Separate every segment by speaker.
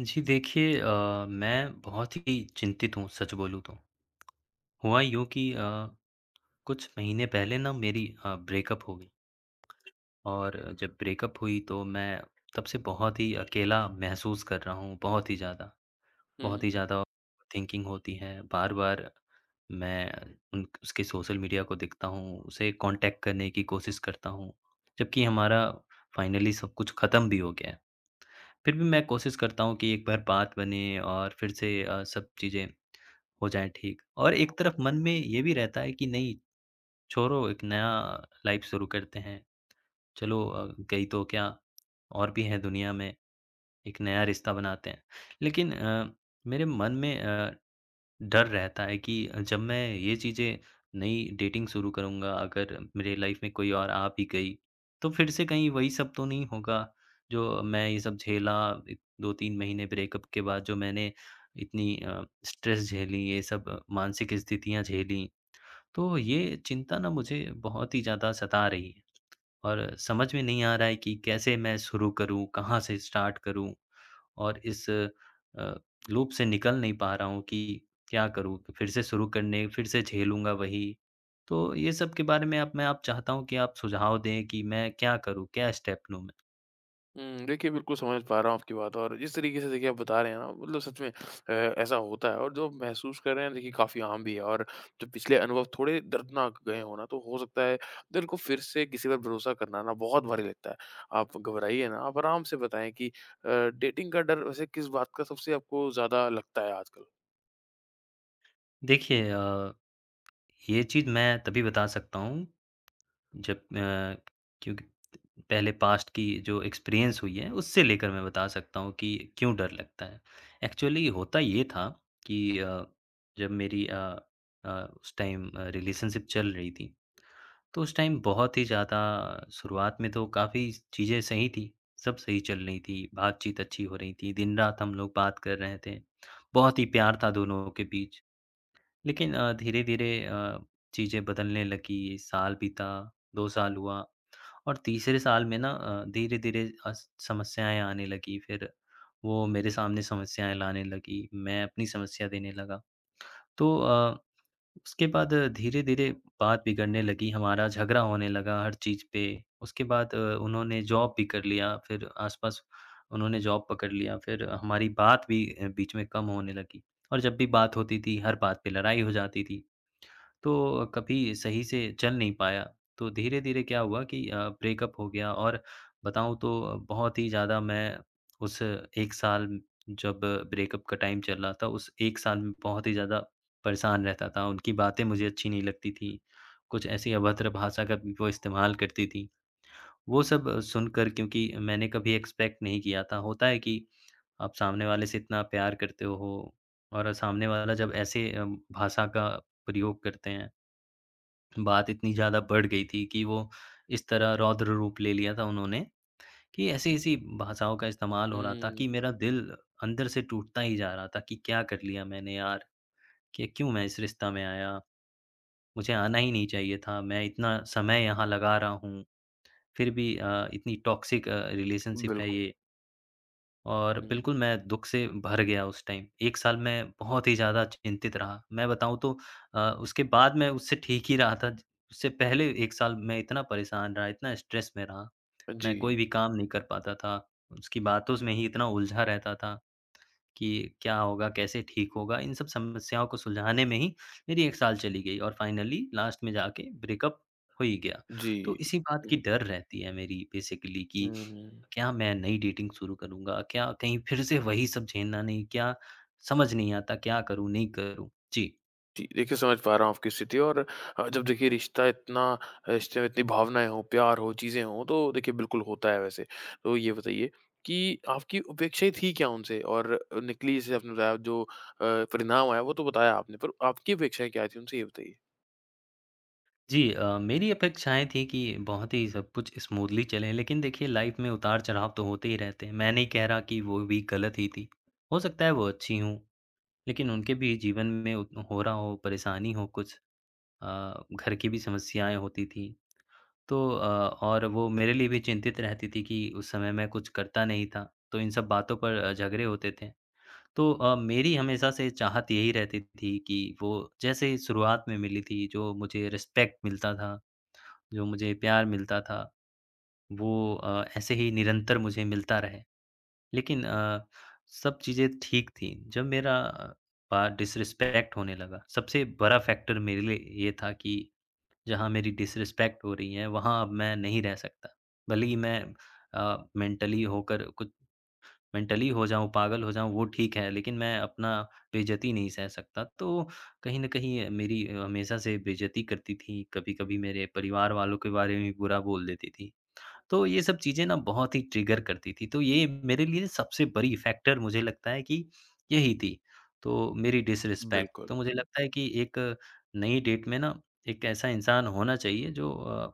Speaker 1: जी देखिए मैं बहुत ही चिंतित हूँ सच बोलूँ तो। हुआ यूँ कि कुछ महीने पहले ना मेरी ब्रेकअप हो गई और जब ब्रेकअप हुई तो मैं तब से बहुत ही अकेला महसूस कर रहा हूँ, बहुत ही ज़्यादा।
Speaker 2: हुँ,
Speaker 1: बहुत ही
Speaker 2: हुँ।
Speaker 1: ज़्यादा थिंकिंग होती है, बार-बार मैं उन उसके सोशल मीडिया को देखता हूँ, उसे कॉन्टैक्ट करने की कोशिश करता हूँ, जबकि हमारा फाइनली सब कुछ ख़त्म भी हो गया है। फिर भी मैं कोशिश करता हूँ कि एक बार बात बने और फिर से सब चीज़ें हो जाएँ ठीक। और एक तरफ मन में ये भी रहता है कि नहीं छोड़ो एक नया लाइफ़ शुरू करते हैं। चलो गई तो क्या, और भी है दुनिया में, एक नया रिश्ता बनाते हैं। लेकिन मेरे मन में डर रहता है कि जब मैं ये चीज़ें नई डेटिंग शुरू करूँगा, अगर मेरे लाइफ़ में कोई और आ भी गई, तो फिर से कहीं वही सब तो नहीं होगा, जो मैं ये सब झेला इ 2-3 महीने ब्रेकअप के बाद जो मैंने इतनी स्ट्रेस झेली, ये सब मानसिक स्थितियाँ झेलीं। तो ये चिंता ना मुझे बहुत ही ज़्यादा सता रही है और समझ में नहीं आ रहा है कि कैसे मैं शुरू करूँ, कहाँ से स्टार्ट करूँ? और इस अ, लूप से निकल नहीं पा रहा हूँ कि क्या करूँ? फिर से शुरू करने फिर से झेलूँगा वही। तो ये सब के बारे में अब मैं आप चाहता हूँ कि आप सुझाव दें कि मैं क्या करूँ? क्या स्टेप लूँ मैं?
Speaker 2: हुँ, देखिए बिल्कुल समझ पा रहा हूँ आपकी बात और जिस तरीके से देखिए आप बता रहे हैं ना मतलब सच में ऐसा होता है और जो महसूस कर रहे हैं देखिए काफ़ी आम भी है और जो पिछले अनुभव थोड़े दर्दनाक गए हो ना तो हो सकता है दिल को फिर से किसी पर भरोसा करना ना बहुत भारी लगता है। आप घबराइए ना, आप आराम से बताएँ कि डेटिंग का डर वैसे किस बात का सबसे आपको ज़्यादा लगता है आजकल?
Speaker 1: देखिए ये चीज़ मैं तभी बता सकता हूँ जब क्योंकि पहले पास्ट की जो एक्सपीरियंस हुई है उससे लेकर मैं बता सकता हूँ कि क्यों डर लगता है। एक्चुअली होता ये था कि जब मेरी अ, उस टाइम रिलेशनशिप चल रही थी, तो उस टाइम बहुत ही ज़्यादा शुरुआत में तो काफ़ी चीज़ें सही थी, सब सही चल रही थी, बातचीत अच्छी हो रही थी, दिन-रात हम लोग बात कर रहे थे, बहुत ही प्यार था दोनों के बीच। लेकिन धीरे-धीरे चीज़ें बदलने लगी, साल बीता, 2 साल हुआ और तीसरे साल में ना धीरे-धीरे अस समस्याएँ आने लगी, फिर वो मेरे सामने समस्याएँ लाने लगी, मैं अपनी समस्या देने लगा। तो अ उसके बाद धीरे-धीरे बात बिगड़ने लगी, हमारा झगड़ा होने लगा हर चीज़ पे। उसके बाद उन्होंने जॉब भी कर लिया, फिर आस-पास उन्होंने जॉब पकड़ लिया, फिर हमारी बात भी बीच में कम होने लगी और जब भी बात होती थी, हर बात पे लड़ाई हो जाती थी। तो कभी सही से चल नहीं पाया, तो धीरे-धीरे क्या हुआ कि ब्रेकअप हो गया और बताऊँ तो बहुत ही ज़्यादा मैं उस 1 साल जब ब्रेकअप का टाइम चल रहा था, उस 1 साल में बहुत ही ज़्यादा परेशान रहता था। उनकी बातें मुझे अच्छी नहीं लगती थीं, कुछ ऐसी अभद्र भाषा का भी वो इस्तेमाल करती थीं। वो सब सुनकर क्योंकि मैंने कभी एक्सपेक्ट नहीं किया था, होता है कि आप सामने वाले से इतना प्यार करते हो और सामने वाला जब ऐसे भाषा का प्रयोग करते हैं, बात इतनी ज़्यादा बढ़ गई थी कि वो इस तरह रौद्र रूप ले लिया था उन्होंने कि ऐसी-ऐसी भाषाओं का इस्तेमाल हो रहा था
Speaker 2: हुँ,
Speaker 1: कि मेरा दिल अंदर से टूटता ही जा रहा था कि क्या कर लिया मैंने यार, कि क्यों मैं इस रिश्ता में आया, मुझे आना ही नहीं चाहिए था, मैं इतना समय यहाँ लगा रहा हूँ, फिर भी इतनी टॉक्सिक रिलेशनशिप है
Speaker 2: बिल्कुल।
Speaker 1: ये। और
Speaker 2: हुँ,
Speaker 1: बिल्कुल मैं दुःख से भर गया उस टाइम। 1 साल मैं बहुत ही ज़्यादा चिंतित रहा। मैं बताऊँ तो उसके बाद मैं उससे ठीक ही रहा था। ज उससे पहले 1 साल मैं इतना परेशान रहा, इतना स्ट्रेस में रहा, मैं
Speaker 2: जी,
Speaker 1: कोई भी काम नहीं कर पाता था। उसकी बातों में ही इतना उलझा रहता था कि क्या होगा, कैसे ठीक होगा? इन सब समस्याओं को सुलझाने में ही मेरी 1 साल चली गई और फाइनली लास्ट में जाके ब्रेकअप हो ही गया।
Speaker 2: जी।
Speaker 1: तो इसी बात की
Speaker 2: हुँ,
Speaker 1: डर रहती है मेरी बेसिकली कि
Speaker 2: हुँ, हुँ।
Speaker 1: क्या मैं नई डेटिंग शुरू करूँगा? क्या कहीं फिर से वही सब झेलना नहीं? क्या समझ नहीं आता क्या करूँ, नहीं करूँ? जी।
Speaker 2: जी, देखिए समझ पा रहा हूँ आपकी स्थिति और जब देखिए रिश्ता इतना रिश्ते में इतनी भावनाएँ हों, प्यार हो, चीज़ें हों, तो देखिए बिल्कुल होता है वैसे। तो ये बताइए कि आपकी अपेक्षाएँ थी क्या उनसे? और निकली जैसे आपने बताया जो परिणाम आया वो तो बताया आपने, पर आपकी अपेक्षाएँ क्या थी उनसे ये बताइए?
Speaker 1: जी मेरी अपेक्षाएँ थी कि बहुत ही सब कुछ स्मूथली चले, लेकिन देखिए लाइफ़ में उतार-चढ़ाव तो होते ही रहते हैं। मैं नहीं कह रहा कि वो भी गलत ही थी। हो सकता है वो अच्छी हों, लेकिन उनके भी जीवन में उत हो रहा हो, परेशानी हो कुछ, अ, घर की भी समस्याएँ होती थी। तो और वो मेरे लिए भी चिंतित रहती थी कि उस समय मैं कुछ करता नहीं था। तो इन सब बातों पर झगड़े होते थे। तो मेरी हमेशा से चाहत यही रहती थी कि वो जैसे शुरुआत में मिली थी, जो मुझे रिस्पेक्ट मिलता था, जो मुझे प्यार मिलता था, वो ऐसे ही निरंतर मुझे मिलता रहे। लेकिन सब चीज़ें ठीक थी, जब मेरा अ, पा डिसरिस्पेक्ट होने लगा, सबसे बड़ा फैक्टर मेरे लिए ये था कि जहाँ मेरी डिसरिस्पेक्ट हो रही है, वहाँ अब मैं नहीं रह सकता। भले ही मैं अ, मेंटली होकर कुछ मेंटली हो जाऊँ, पागल हो जाऊँ वो ठीक है, लेकिन मैं अपना बेइज़्ज़ती नहीं सह सकता। तो कहीं न कहीं मेरी हमेशा से बेइज़्ज़ती करती थी, कभी-कभी मेरे परिवार वालों के बारे में भी बुरा बोल देती थी। तो ये सब चीज़ें ना बहुत ही ट्रिगर करती थी। तो ये मेरे लिए सबसे बड़ी फैक्टर मुझे लगता है कि यही थी, तो मेरी डिसरिस्पेक्ट।
Speaker 2: बिल्कुल,
Speaker 1: तो मुझे लगता है कि एक नई डेट में ना एक ऐसा इंसान होना चाहिए जो अ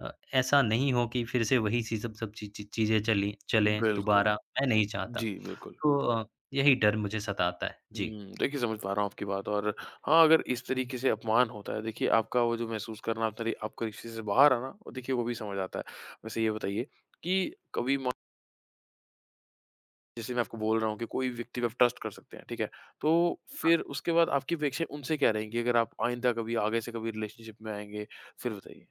Speaker 1: अ, ऐसा नहीं हो कि फिर से वही सी सब सब ची ची चीज़ें चली चलें
Speaker 2: बिल्कुल।
Speaker 1: दोबारा, मैं नहीं चाहता।
Speaker 2: जी, बिल्कुल।
Speaker 1: तो यही डर मुझे सताता है। जी।
Speaker 2: हुँ, देखिए समझ पा रहा हूँ आपकी बात और हाँ, अगर इस तरीके से अपमान होता है देखिए आपका वो जो महसूस करना आपका रिश्ते से बाहर आना, वो देखिए वो भी समझ आता है। वैसे ये बताइए कि कभी जैसे मैं आपको बोल रहा हूँ कि कोई व्यक्ति पे आप ट्रस्ट कर सकते हैं, ठीक है? तो फिर उसके बाद आपकी अपेक्षाएँ उनसे क्या रहेंगी अगर आप आइंदा कभी आगे से कभी रिलेशनशिप में आएँगे? फिर बताइए।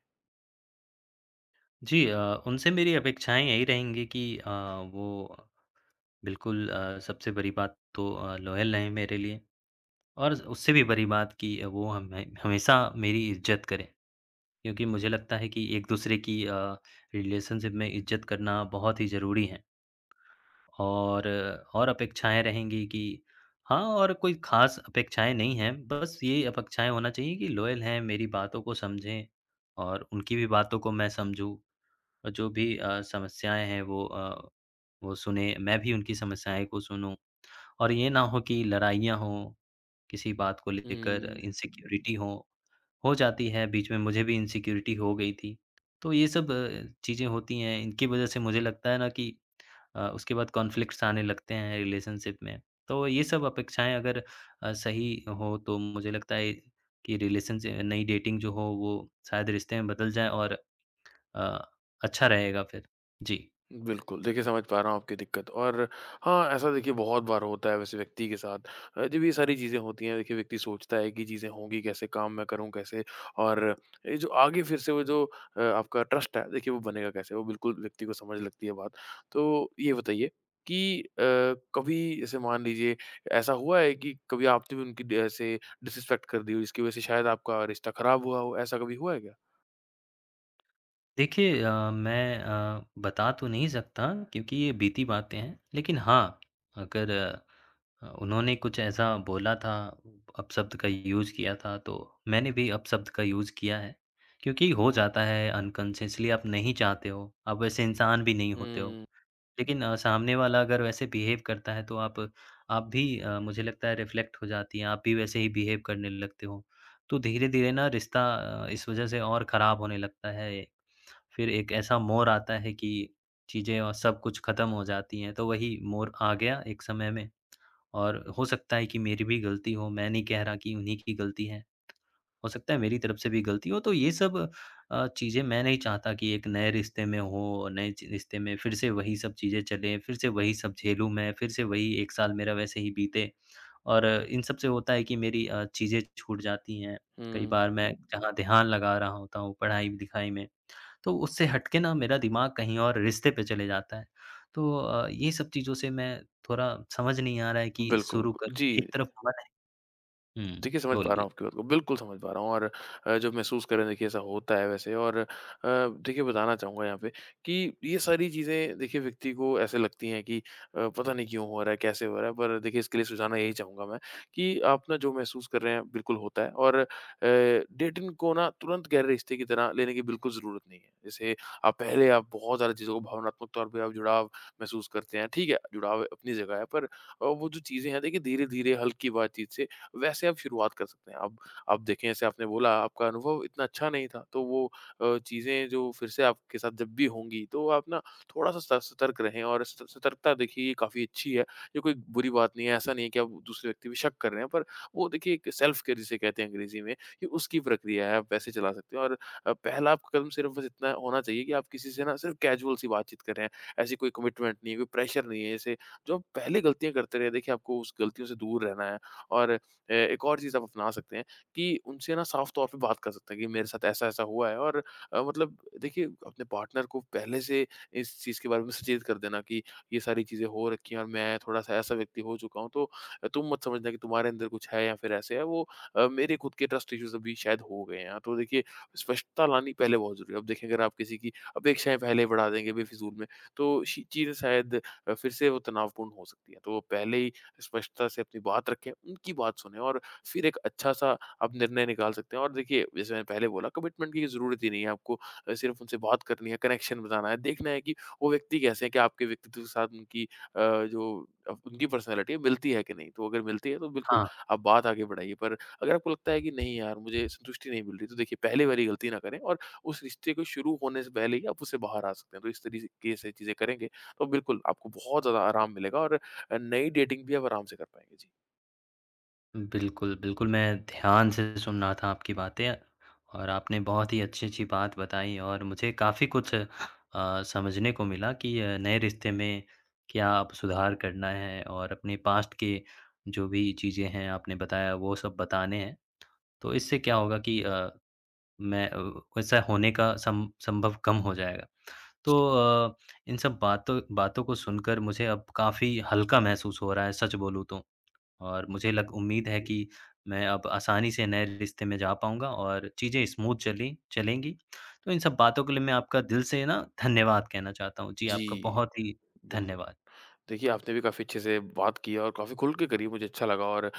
Speaker 1: जी उनसे मेरी अपेक्षाएँ यही रहेंगी कि वो बिल्कुल सबसे बड़ी बात तो लॉयल रहें मेरे लिए और उससे भी बड़ी बात कि वो हमें हमेशा मेरी इज़्ज़त करें। क्योंकि मुझे लगता है कि एक-दूसरे की रिलेशनशिप में इज़्ज़त करना बहुत ही ज़रूरी है। और अपेक्षाएँ रहेंगी कि हाँ, और कोई ख़ास अपेक्षाएँ नहीं हैं, बस ये अपेक्षाएँ होना चाहिए कि लॉयल हैं, मेरी बातों को समझें और उनकी भी बातों को मैं समझूँ। और जो भी समस्याएँ हैं वो सुनें, मैं भी उनकी समस्याएँ को सुनूँ और ये ना हो कि लड़ाइयाँ हों, किसी बात को लेकर
Speaker 2: हुँ,
Speaker 1: इनसिक्योरिटी हो। हो जाती है, बीच में मुझे भी इनसिक्योरिटी हो गई थी। तो ये सब चीज़ें होती हैं, इनकी वज़ह से मुझे लगता है ना कि उसके बाद कॉन्फ्लिक्ट्स आने लगते हैं रिलेशनशिप में। तो ये सब अपेक्षाएँ अगर सही हो तो मुझे लगता है कि रिलेशनशि नई डेटिंग जो हो वो शायद रिश्ते में बदल जाए और अ, अच्छा रहेगा फिर। जी।
Speaker 2: बिल्कुल, देखिए समझ पा रहा हूँ आपकी दिक्कत और हाँ, ऐसा देखिए बहुत बार होता है वैसे व्यक्ति के साथ। जब ये सारी चीज़ें होती हैं देखिए व्यक्ति सोचता है कि चीज़ें होंगी कैसे, काम मैं करूँ कैसे और ये जो आगे फिर से वो जो आपका ट्रस्ट है देखिए वो बनेगा कैसे? वो बिल्कुल व्यक्ति को समझ लगती है बात। तो ये बताइए कि कभी जैसे मान लीजिए ऐसा हुआ है कि कभी आपने भी उनकी ड ऐसे डिसरिस्पेक्ट कर दी हो जिसकी वज़ह से शायद आपका रिश्ता खराब हुआ हो, ऐसा कभी हुआ है क्या?
Speaker 1: देखिए मैं बता तो नहीं सकता क्योंकि ये बीती बातें हैं। लेकिन हाँ, अगर उन्होंने कुछ ऐसा बोला था, अपशब्द का यूज़ किया था तो मैंने भी अपशब्द का यूज़ किया है। क्योंकि हो जाता है अनकॉन्शियसली आप नहीं चाहते हो, आप वैसे इंसान भी नहीं होते हो।
Speaker 2: हुँ,
Speaker 1: लेकिन सामने वाला अगर वैसे बिहेव करता है तो आप भी मुझे लगता है रिफ्लेक्ट हो जाती हैं, आप भी वैसे ही बिहेव करने लगते हो। तो धीरे-धीरे ना रिश्ता इस वज़ह से और ख़राब होने लगता है। फिर एक ऐसा मोड़ आता है कि चीज़ें और सब कुछ ख़त्म हो जाती हैं, तो वही मोड़ आ गया एक समय में और हो सकता है कि मेरी भी गलती हो, मैं नहीं कह रहा कि उन्हीं की गलती है। हो सकता है मेरी तरफ से भी गलती हो, तो ये सब चीज़ें मैं नहीं चाहता कि एक नए रिश्ते में हो, नए च रिश्ते में फिर से वही सब चीज़ें चलें, फिर से वही सब झेलूँ मैं, फिर से वही 1 साल मेरा वैसे ही बीते और इन सब से होता है कि मेरी चीज़ें छूट जाती हैं। कई
Speaker 2: हुँ।
Speaker 1: बार मैं जहाँ ध्यान लगा रहा होता हूँ पढ़ाई-लिखाई में तो उससे हट के ना मेरा दिमाग कहीं और रिश्ते पे चले जाता है। तो ये सब चीज़ों से मैं थोड़ा समझ नहीं आ रहा है कि
Speaker 2: बिल्कुल,
Speaker 1: शुरू कर,
Speaker 2: बिल्कुल। जी।
Speaker 1: एक तरफ मन है, हुँ,
Speaker 2: देखिए, समझ पा रहा
Speaker 1: बोलिए।
Speaker 2: हूँ आपकी बात को, बिल्कुल समझ पा रहा हूँ और जो महसूस कर रहे हैं देखिए ऐसा होता है वैसे और देखिए बताना चाहूँगा यहाँ पे कि ये सारी चीज़ें देखिए व्यक्ति को ऐसे लगती हैं कि पता नहीं क्यों हो रहा है, कैसे हो रहा है? पर देखिए इसके लिए सुझाना यही चाहूँगा मैं कि आप ना जो महसूस कर रहे हैं बिल्कुल होता है और डेटिंग को ना तुरंत गहरे रिश्ते की तरह लेने की बिल्कुल ज़रूरत नहीं है। जैसे आप बहुत ज़्यादा चीज़ों को भावनात्मक तौर पे आप जुड़ाव महसूस करते हैं, ठीक है, जुड़ाव अपनी जगह है पर वो जो चीज़ें हैं देखिए धीरे-धीरे हल्की बातचीत से वैसे आप शुरुआत कर सकते हैं। अब देखें जैसे आपने बोला आपका अनुभव इतना अच्छा नहीं था, तो वो चीज़ें जो फिर से आपके साथ जब भी होंगी तो आप ना थोड़ा-सा स सतर्क रहें और स सतर्कता देखिए ये काफ़ी अच्छी है। ये कोई बुरी बात नहीं है, ऐसा नहीं है कि आप दूसरे व्यक्ति पे शक कर रहे हैं, पर वो देखिए एक सेल्फ केयर जिसे कहते हैं अंग्रेज़ी में, ये उसकी प्रक्रिया है, आप वैसे चला सकते हैं और पहला आपका कदम सिर्फ़ बस इतना होना चाहिए कि आप किसी से ना सिर्फ़ कैज़ुअल सी बातचीत कर रहे हैं। ऐसी कोई कमिटमेंट नहीं है, कोई प्रेशर नहीं है। जैसे जो आप पहले गलतियाँ करते रहे, देखिए आपको उस गलतियों से दूर रहना है और एक और चीज़ आप अपना सकते हैं कि उनसे ना साफ तौर पे बात कर सकते हैं कि मेरे साथ ऐसा-ऐसा हुआ है और मतलब देखिए अपने पार्टनर को पहले से इस चीज़ के बारे में सचेत कर देना कि ये सारी चीज़ें हो रखी हैं और मैं थोड़ा-सा ऐसा व्यक्ति हो चुका हूँ, तो तुम मत समझना कि तुम्हारे अंदर कुछ है या फिर ऐसे है वो मेरे खुद के ट्रस्ट इश्यूज़ अभी शायद हो गए हैं। तो देखिए स्पष्टता लानी पहले बहुत ज़रूरी है। अब देखिए अगर आप किसी की अपेक्षाएँ पहले बढ़ा देंगे बेफिज़ूल में, तो शी चीज़ें शायद फिर से वो तनावपूर्ण हो सकती हैं। तो पहले ही स्पष्टता से अपनी बात रखें, उनकी बात सुनें और फिर एक अच्छा-सा आप निर्णय निकाल सकते हैं और देखिए, जैसे मैंने पहले बोला कमिटमेंट की ज़रूरत ही नहीं है आपको सिर्फ़ उनसे बात करनी है, कनेक्शन बताना है, देखना है कि वो व्यक्ति कैसे हैं, क्या आपके व्यक्तित्व के साथ उनकी जो अप उनकी पर्सनैलिटी है, मिलती है कि नहीं? तो अगर मिलती है, तो बिल्कुल
Speaker 1: हाँ,
Speaker 2: आप बात आगे बढ़ाइए, पर अगर आपको लगता है कि नहीं यार, मुझे संतुष्टि नहीं मिल रही, तो देखिए पहले वाली गलती ना करें और उस रिश्ते को शुरू होने से पहले ही आप उससे बाहर आ सकते हैं। तो इस तरीके से चीज़ें करेंगे, तो बिल्कुल आपको बहुत ज़्यादा आराम मिलेगा और नई डेटिंग भी आप आराम से कर पाएँगे। जी।
Speaker 1: बिल्कुल, बिल्कुल मैं ध्यान से सुन रहा था आपकी बातें और आपने बहुत ही अच्छी-अच्छी बात बताई और मुझे काफ़ी कुछ समझने को मिला कि नए रिश्ते में क्या अब सुधार करना है और अपने पास्ट के जो भी चीज़ें हैं आपने बताया वो सब बताने हैं। तो इससे क्या होगा कि मैं वैसा होने का सम संभव कम हो जाएगा। तो अ, इन सब बातों बातों को सुनकर मुझे अब काफ़ी हल्का महसूस हो रहा है सच बोलूँ तो। और मुझे लग उम्मीद है कि मैं अब आसानी से नए रिश्ते में जा पाऊँगा और चीज़ें स्मूथ चली चलेंगी। तो इन सब बातों के लिए मैं आपका दिल से ना धन्यवाद कहना चाहता हूँ। जी, आपका
Speaker 2: जी,
Speaker 1: बहुत ही
Speaker 2: बिल्कुल।
Speaker 1: धन्यवाद।
Speaker 2: देखिए, आपने भी काफ़ी अच्छे से बात की और काफ़ी खुल के करी, मुझे अच्छा लगा और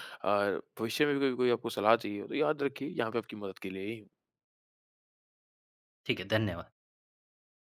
Speaker 2: भविष्य में भी कभी कोई आपको सलाह चाहिए हो, तो याद रखिए यहाँ पे आपकी मदद के लिए ही हूँ।
Speaker 1: ठीक है, धन्यवाद।